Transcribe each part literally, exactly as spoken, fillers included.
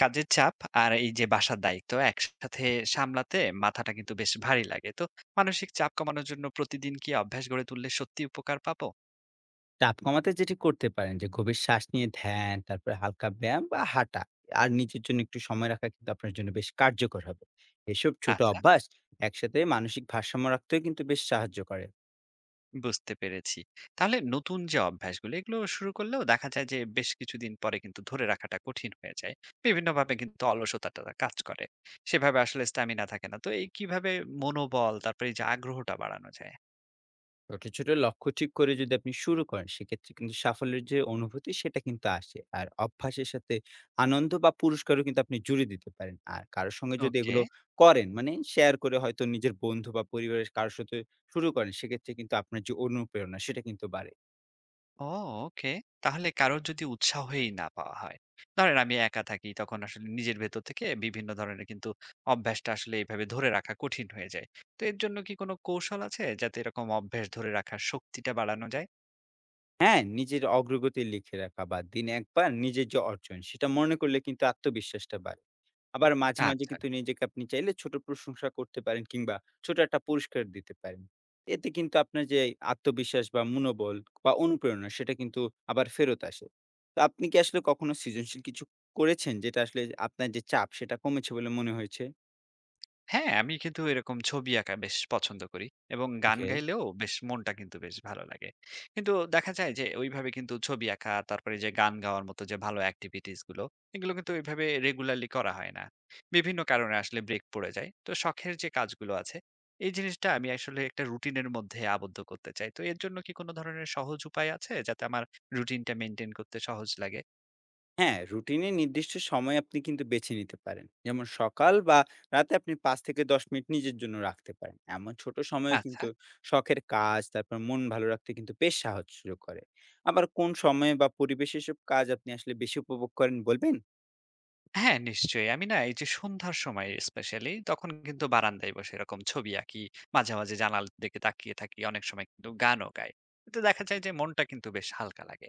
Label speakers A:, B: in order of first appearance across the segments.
A: কাজের চাপ আর এই যে বাসার দায়িত্ব একসাথে সামলাতে মাথাটা কিন্তু বেশ ভারী লাগে। তো মানসিক চাপ কমানোর জন্য প্রতিদিন কি অভ্যাস গড়ে তুললে সত্যি উপকার পাবো?
B: চাপ কমাতে যেটি করতে পারেন যে গভীর শ্বাস নিয়ে ধ্যান, তারপরে হালকা ব্যায়াম বা হাঁটা আর নিজের জন্য একটু সময় রাখা কিন্তু আপনার জন্য বেশ কার্যকর হবে। এসব ছোট
A: আচ্ছা,
B: অভ্যাস একসাথে মানসিক ভারসাম্য রাখতেও কিন্তু বেশ সাহায্য করে।
A: বুঝতে পেরেছি। তাহলে নতুন যে অভ্যাসগুলো এগুলো শুরু করলেও দেখা যায় যে বেশ কিছুদিন পরে কিন্তু ধরে রাখাটা কঠিন হয়ে যায়। বিভিন্নভাবে কিন্তু অলসতাটা কাজ করে। সেভাবে আসলে স্ট্যামিনা থাকে না। তো এই কিভাবে মনোবল তারপরে এই যে আগ্রহটা বাড়ানো যায়?
B: ছোট, ছোট লক্ষ্য ঠিক করে যদি আপনি শুরু করেন সেক্ষেত্রে কিন্তু সাফল্যের যে অনুভূতি সেটা কিন্তু আসে। আর অভ্যাসের সাথে আনন্দ বা পুরস্কারও কিন্তু আপনি জুড়ে দিতে পারেন। আর কারো সঙ্গে যদি
A: ওকে।
B: এগুলো করেন মানে শেয়ার করে হয়তো নিজের বন্ধু বা পরিবারের কারো সাথে শুরু করেন সেক্ষেত্রে কিন্তু আপনার যে অনুপ্রেরণা সেটা কিন্তু বাড়ে।
A: ও ওকে। তাহলে কারোর যদি উৎসাহই না পাওয়া হয়। ধরেন আমি একা থাকি তখন আসলে নিজের ভেতর থেকে বিভিন্ন ধরনের কিন্তু অভ্যাসটা আসলে এভাবে ধরে রাখা কঠিন হয়ে যায়। তো এর জন্য কি কোনো কৌশল আছে যাতে এরকম অভ্যাস ধরে রাখার শক্তিটা বাড়ানো যায়?
B: হ্যাঁ, নিজের অগ্রগতি লিখে রাখা বা দিনে একবার নিজের যে অর্জন সেটা মনে করলে কিন্তু আত্মবিশ্বাসটা বাড়ে। আবার মাঝে, মাঝে
A: আচ্ছা।
B: কিন্তু নিজেকে আপনি চাইলে ছোট প্রশংসা করতে পারেন কিংবা ছোট একটা পুরস্কার দিতে পারেন। এতে কিন্তু আপনার যে আত্মবিশ্বাস বা মনোবল বা অনুপ্রেরণা সেটা কিন্তু আবার ফেরত আসে। তো আপনি কি আসলে কখনো সৃজনশীল কিছু করেছেন যেটা আসলে আপনার যে চাপ সেটা কমেছে বলে মনে হয়েছে?
A: হ্যাঁ, আমি কিন্তু এরকম ছবি আঁকা বেশ পছন্দ করি এবং গান
B: ওকে।
A: গাইলেও বেশ মনটা কিন্তু বেশ ভালো লাগে। কিন্তু দেখা যায় যে ওইভাবে কিন্তু ছবি আঁকা, তারপরে যে গান গাওয়ার মতো যে ভালো অ্যাক্টিভিটিস গুলো, এগুলো কিন্তু ওইভাবে রেগুলারলি করা হয় না। বিভিন্ন কারণে আসলে ব্রেক পড়ে যায়। তো শখের যে কাজগুলো আছে, এই জিনিসটা আমি আসলে একটা রুটিনের মধ্যে আবদ্ধ করতে চাই। তো এর জন্য কি কোনো ধরনের সহজ উপায় আছে যাতে আমার রুটিনটা মেইনটেইন করতে সহজ লাগে?
B: হ্যাঁ, রুটিনে নির্দিষ্ট সময় আপনি কিন্তু বেছে নিতে পারেন। যেমন সকাল বা রাতে আপনি পাঁচ থেকে দশ মিনিট নিজের জন্য রাখতে পারেন। এমন ছোট সময়ে
A: আচ্ছা।
B: কিন্তু শখের কাজ, তারপর মন ভালো রাখতে কিন্তু বেশ সাহায্য করে। আবার কোন সময়ে বা পরিবেশে এসব কাজ আপনি আসলে বেশি উপভোগ করেন বলবেন?
A: হ্যাঁ, নিশ্চয়ই। আমি না এই যে সন্ধ্যার সময় স্পেশালি তখন কিন্তু বারান্দায় বসে এরকম ছবি আঁকি। মাঝে, মাঝে জানালার দিকে তাকিয়ে থাকি। অনেক সময় কিন্তু গানও গাই। এতে দেখা যায় যে মনটা কিন্তু বেশ হালকা লাগে।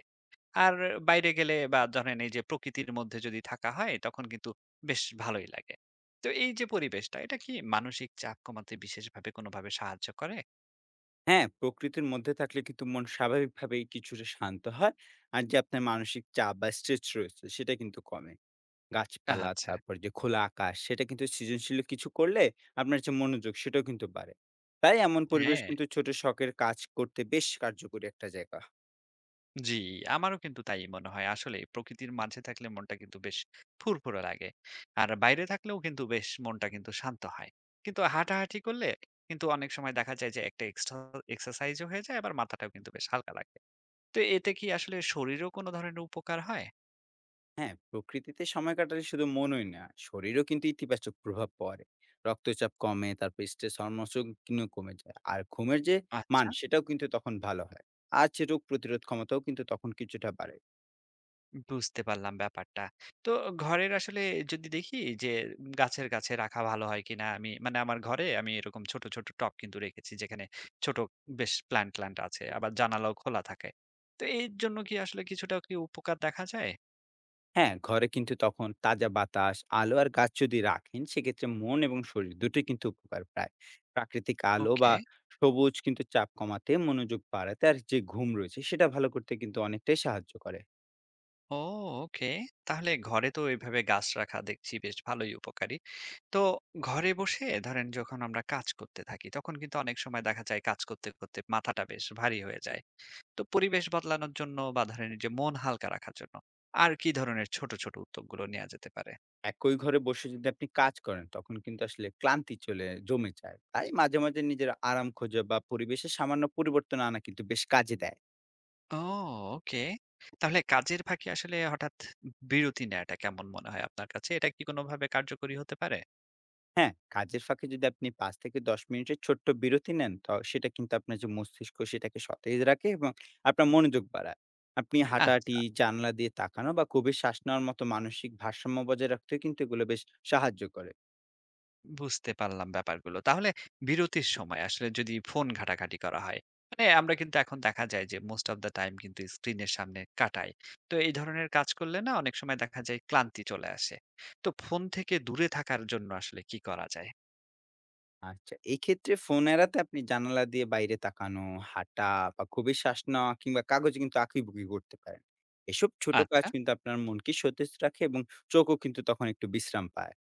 A: আর বাইরে গেলে বা ধরেন এই যে প্রকৃতির মধ্যে যদি থাকা হয় তখন কিন্তু বেশ ভালোই লাগে। তো এই যে পরিবেশটা এটা কি মানসিক চাপ কমাতে বিশেষভাবে কোনোভাবে সাহায্য করে?
B: হ্যাঁ, প্রকৃতির মধ্যে থাকলে কিন্তু মন স্বাভাবিকভাবেই কিছুটা শান্ত হয়। আর যে আপনার মানসিক চাপ বা স্ট্রেস রয়েছে সেটা কিন্তু কমে। গাছপালা,
A: আচ্ছা,
B: তারপর যে খোলা আকাশ সেটা কিন্তু সৃজনশীল কিছু করলে আপনার যে মনোযোগ সেটাও কিন্তু বাড়ে। তাই এমন পরিবেশ
A: হ্যাঁ।
B: কিন্তু ছোট শখের কাজ করতে বেশ কার্যকরী একটা জায়গা।
A: জি, আমারও কিন্তু তাই মনে হয়। আসলেই প্রকৃতির মাঝে থাকলে মনটা কিন্তু বেশ ফুরফুরে লাগে। আর বাইরে থাকলেও কিন্তু বেশ মনটা কিন্তু শান্ত হয়। কিন্তু হাঁটাহাঁটি করলে কিন্তু অনেক সময় দেখা যায় যে একটা এক্সট্রা এক্সারসাইজও হয়ে যায় আবার মাথাটাও কিন্তু বেশ হালকা লাগে। তো এতে কি আসলে শরীরেও কোনো ধরনের উপকার হয়?
B: হ্যাঁ, প্রকৃতিতে সময় কাটালে শুধু মনই না, শরীরেও কিন্তু ইতিবাচক প্রভাব পড়ে। রক্তচাপ কমে, তারপর স্ট্রেস হরমোনস কিন্তু কমে যায়। আর ঘুমের যে মান
A: আচ্ছা।
B: সেটাও কিন্তু তখন ভালো হয়। আর যে রোগ প্রতিরোধ ক্ষমতাও কিন্তু তখন কিছুটা বাড়ে।
A: বুঝতে পারলাম ব্যাপারটা। তো ঘরের আসলে যদি দেখি যে গাছের কাছে রাখা ভালো হয় কিনা আমি মানে আমার ঘরে আমি এরকম ছোট, ছোট টব কিন্তু রেখেছি যেখানে ছোট বেশ প্ল্যান্ট-ট্যান্ট আছে। আবার জানালাও খোলা থাকে। তো এর জন্য কি আসলে কিছুটা কি উপকার দেখা যায়?
B: হ্যাঁ, ঘরে কিন্তু তখন তাজা বাতাস, আলো আর গাছ যদি রাখেন সেক্ষেত্রে মন এবং শরীর দুটোই কিন্তু উপকার পায়। প্রাকৃতিক আলো
A: ওকে।
B: বা সবুজ কিন্তু চাপ কমাতে, মনোযোগ বাড়াতে আর যে ঘুম রয়েছে সেটা ভালো করতে কিন্তু অনেকটাই সাহায্য করে।
A: ও ওকে। তাহলে ঘরে তো এভাবে গাছ রাখা দেখছি বেশ ভালোই উপকারী। তো ঘরে বসে ধরেন যখন আমরা কাজ করতে থাকি তখন কিন্তু অনেক সময় দেখা যায় কাজ করতে, করতে মাথাটা বেশ ভারী হয়ে যায়। তো পরিবেশ বদলানোর জন্য বা ধরেন এই যে মন হালকা রাখার জন্য আর কি ধরনের ছোট ছোট উদ্যোগগুলো নেওয়া যেতে পারে?
B: একই ঘরে বসে যদি আপনি কাজ করেন তখন কিন্তু আসলে ক্লান্তি চলে জমে যায়। তাই মাঝে মাঝে নিজের আরাম খোঁজা বা পরিবেশে সামান্য পরিবর্তন আনা কিন্তু বেশ কাজে দেয়।
A: ও ওকে। তাহলে কাজের ফাঁকে আসলে হঠাৎ বিরতি নেওয়াটা কেমন মনে হয় আপনার কাছে, এটা কি কোনোভাবে কার্যকরী হতে পারে?
B: হ্যাঁ, কাজের ফাঁকে যদি আপনি পাঁচ থেকে দশ মিনিটের ছোট্ট বিরতি নেন, তো সেটা কিন্তু আপনার যে মস্তিষ্ক সেটাকে সতেজ রাখে এবং আপনার মনোযোগ বাড়ায়। আপনি হাঁটাহাঁটি,
A: আচ্ছা,
B: জানলা দিয়ে তাকানো বা গভীর শ্বাস নেওয়ার মতো মানসিক ভারসাম্য বজায় রাখতেও কিন্তু এগুলো বেশ সাহায্য করে।
A: বুঝতে পারলাম ব্যাপারগুলো। তাহলে বিরতির সময় আসলে যদি ফোন ঘাটাঘাটি করা হয়, মানে আমরা কিন্তু এখন দেখা যায় যে মোস্ট অফ দা টাইম কিন্তু স্ক্রিনের সামনে কাটাই। তো এই ধরনের কাজ করলে না অনেক সময় দেখা যায় ক্লান্তি চলে আসে। তো ফোন থেকে দূরে থাকার জন্য আসলে কি করা যায়?
B: আচ্ছা, এক্ষেত্রে ফোন এড়াতে আপনি জানালা দিয়ে বাইরে তাকানো, হাঁটা বা গভীর শ্বাস নেওয়া কিংবা কাগজে কিন্তু আঁকিবুকি করতে পারেন। এসব ছোট কাজ
A: আচ্ছা,
B: কিন্তু আপনার মনকে সতেজ রাখে এবং চোখও কিন্তু তখন একটু বিশ্রাম পায়।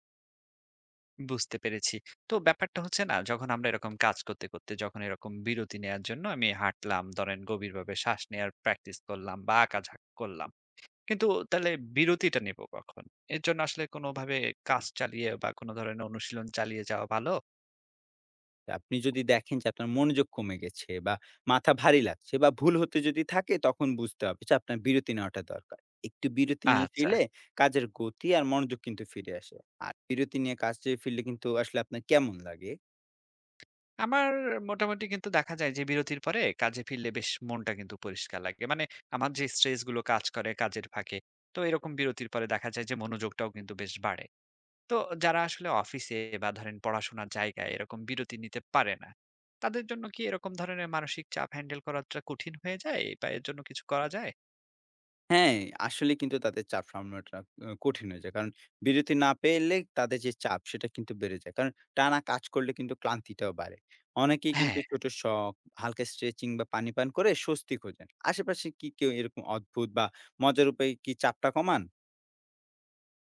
A: বুঝতে পেরেছি। তো ব্যাপারটা হচ্ছে না যখন আমরা এরকম কাজ করতে, করতে যখন এরকম বিরতি নেয়ার জন্য আমি হাঁটলাম, ধরেন গভীরভাবে শ্বাস নেয়ার প্র্যাকটিস করলাম বা আঁকাঝাঁক করলাম। কিন্তু তাহলে বিরতিটা নেবো কখন? এর জন্য আসলে কোনোভাবে কাজ চালিয়ে বা কোনো ধরনের অনুশীলন চালিয়ে যাওয়া ভালো?
B: আপনি যদি দেখেন যে আপনার মনোযোগ কমে গেছে বা মাথা ভারী লাগছে বা ভুল হতে যদি থাকে তখন বুঝতে হবে যে আপনার বিরতি নেওয়াটা দরকার। একটু বিরতি নিয়ে
A: আচ্ছা।
B: ফিরলে কাজের গতি আর মনোযোগ কিন্তু ফিরে আসে। আর বিরতি নিয়ে কাজে ফিরলে কিন্তু আসলে আপনার কেমন লাগে?
A: আমার মোটামুটি কিন্তু দেখা যায় যে বিরতির পরে কাজে ফিরলে বেশ মনটা কিন্তু পরিষ্কার লাগে। মানে আমার যে স্ট্রেস গুলো কাজ করে কাজের ফাঁকে, তো এরকম বিরতির পরে দেখা যায় যে মনোযোগটাও কিন্তু বেশ বাড়ে। তো যারা আসলে অফিসে বা ধরেন পড়াশোনার জায়গায় এরকম বিরতি নিতে পারে না, তাদের জন্য কি এরকম ধরনের মানসিক চাপ হ্যান্ডেল করাটা কঠিন হয়ে যায় বা এর জন্য কিছু করা যায়?
B: হ্যাঁ, আসলে কিন্তু তাদের চাপ সামলানোটা আ কঠিন হয়ে যায়। কারণ বিরতি না পেলে তাদের যে চাপ সেটা কিন্তু বেড়ে যায়। কারণ টানা কাজ করলে কিন্তু ক্লান্তিটাও বাড়ে। অনেকেই কিন্তু
A: হ্যাঁ,
B: ছোট শখ, হালকা স্ট্রেচিং বা পানি পান করে স্বস্তি খোঁজেন। আশেপাশে কি কেউ এরকম অদ্ভুত বা মজার উপায়ে কি চাপটা কমান?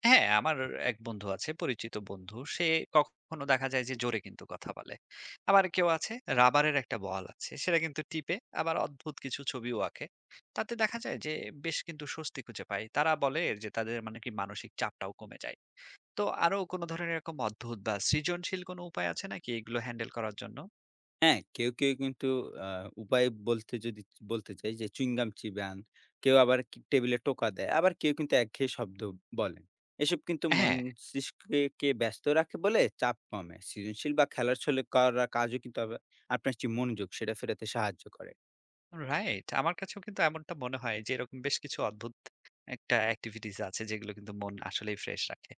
A: হ্যাঁ, আমার এক বন্ধু আছে, পরিচিত বন্ধু। সে কখনো দেখা যায় যে জোরে কিন্তু কথা বলে। আবার কেউ আছে রাবারের একটা বল আছে, সেটা কিন্তু টিপে আবার অদ্ভুত কিছু ছবিও আঁকে। তাতে দেখা যায় যে বেশ কিন্তু স্বস্তি খুঁজে পায়। তারা বলে যে তাদের মানে কি মানসিক চাপটাও কমে যায়। তো আরো কোনো ধরনের এরকম অদ্ভুত বা সৃজনশীল কোনো উপায় আছে নাকি এগুলো হ্যান্ডেল করার জন্য?
B: হ্যাঁ, কেউ, কেউ কিন্তু আ উপায় বলতে যদি বলতে চাই যে চুইংগাম চিবান, কেউ আবার কি টেবিলে টোকা দেয়, আবার কেউ কিন্তু একঘেয়ে শব্দ বলেন। এসব কিন্তু
A: হ্যাঁ।
B: মস্তিষ্ককে ব্যস্ত রাখে বলে চাপ কমে। সৃজনশীল বা খেলার ছলে করা কাজও কিন্তু আবার আপনার যে মনোযোগ সেটা ফেরাতে সাহায্য করে।
A: রাইট। আমার কাছেও কিন্তু এমনটা মনে হয় যে এরকম বেশ কিছু অদ্ভুত একটা এক্টিভিটিস আছে যেগুলো কিন্তু মন আসলেই ফ্রেশ রাখে।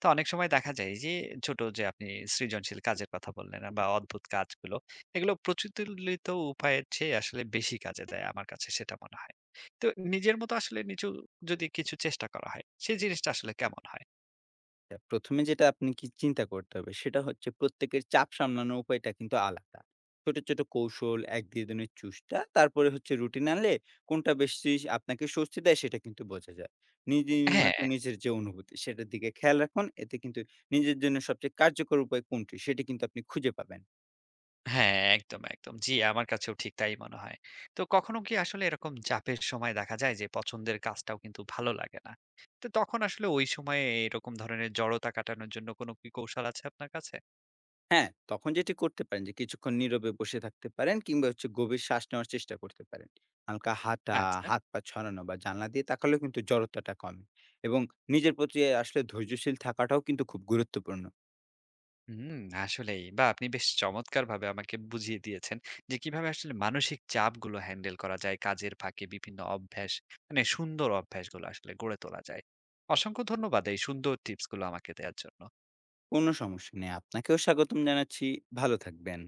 A: তো অনেক সময় দেখা যায় যে ছোট যে আপনি সৃজনশীল কাজের কথা বললেন বা অদ্ভুত কাজগুলো, এগুলো প্রচলিত উপায়ের চেয়ে আসলে বেশি কাজে দেয় আমার কাছে সেটা মনে হয়। তো নিজের মতো আসলে নিচু যদি কিছু চেষ্টা করা হয়, সেই জিনিসটা আসলে কেমন হয়?
B: আচ্ছা, প্রথম এ যেটা আপনি কি চিন্তা করতে হবে সেটা হচ্ছে প্রত্যেকের চাপ সামলানোর উপায়টা কিন্তু আলাদা। ছোট, ছোট কৌশল এক দুই দিনের চুষ্টা তারপরে হচ্ছে রুটিন আনলে কোনটা বেশি আপনাকে স্বস্তি দেয় সেটা কিন্তু বোঝা যায়। নিজের
A: হ্যাঁ।
B: নিজের যে অনুভূতি সেটার দিকে খেয়াল রাখুন। এতে কিন্তু নিজের জন্য সবচেয়ে কার্যকর উপায় কোনটি সেটি কিন্তু আপনি খুঁজে পাবেন।
A: হ্যাঁ, একদম, একদম। জি, আমার কাছেও ঠিক তাই মনে হয়। তো কখনো কি আসলে এরকম চাপের সময় দেখা যায় যে পছন্দের কাজটাও কিন্তু ভালো লাগে না। তো তখন আসলে ওই সময়ে এরকম ধরনের জড়তা কাটানোর জন্য কোনো কি কৌশল আছে আপনার কাছে?
B: হ্যাঁ, তখন যেটি করতে পারেন যে কিছুক্ষণ নীরবে বসে থাকতে পারেন কিংবা হচ্ছে গভীর শ্বাস নেওয়ার চেষ্টা করতে পারেন। হালকা হাঁটা,
A: আচ্ছা।
B: হাত-পা ছড়ানো বা জানলা দিয়ে তাকালেও কিন্তু জড়তাটা কমে এবং নিজের প্রতি আসলে ধৈর্যশীল থাকাটাও কিন্তু খুব গুরুত্বপূর্ণ।
A: হুম, আসলেই। বাহ! আপনি বেশ চমৎকারভাবে আমাকে বুঝিয়ে দিয়েছেন যে কিভাবে আসলে মানসিক চাপগুলো হ্যান্ডেল করা যায়, কাজের ফাঁকে বিভিন্ন অভ্যাস মানে সুন্দর অভ্যাসগুলো আসলে গড়ে তোলা যায়। অসংখ্য ধন্যবাদ এই সুন্দর টিপসগুলো আমাকে দেয়ার জন্য।
B: কোনো সমস্যা নেই। আপনাকেও স্বাগতম জানাচ্ছি। ভালো থাকবেন।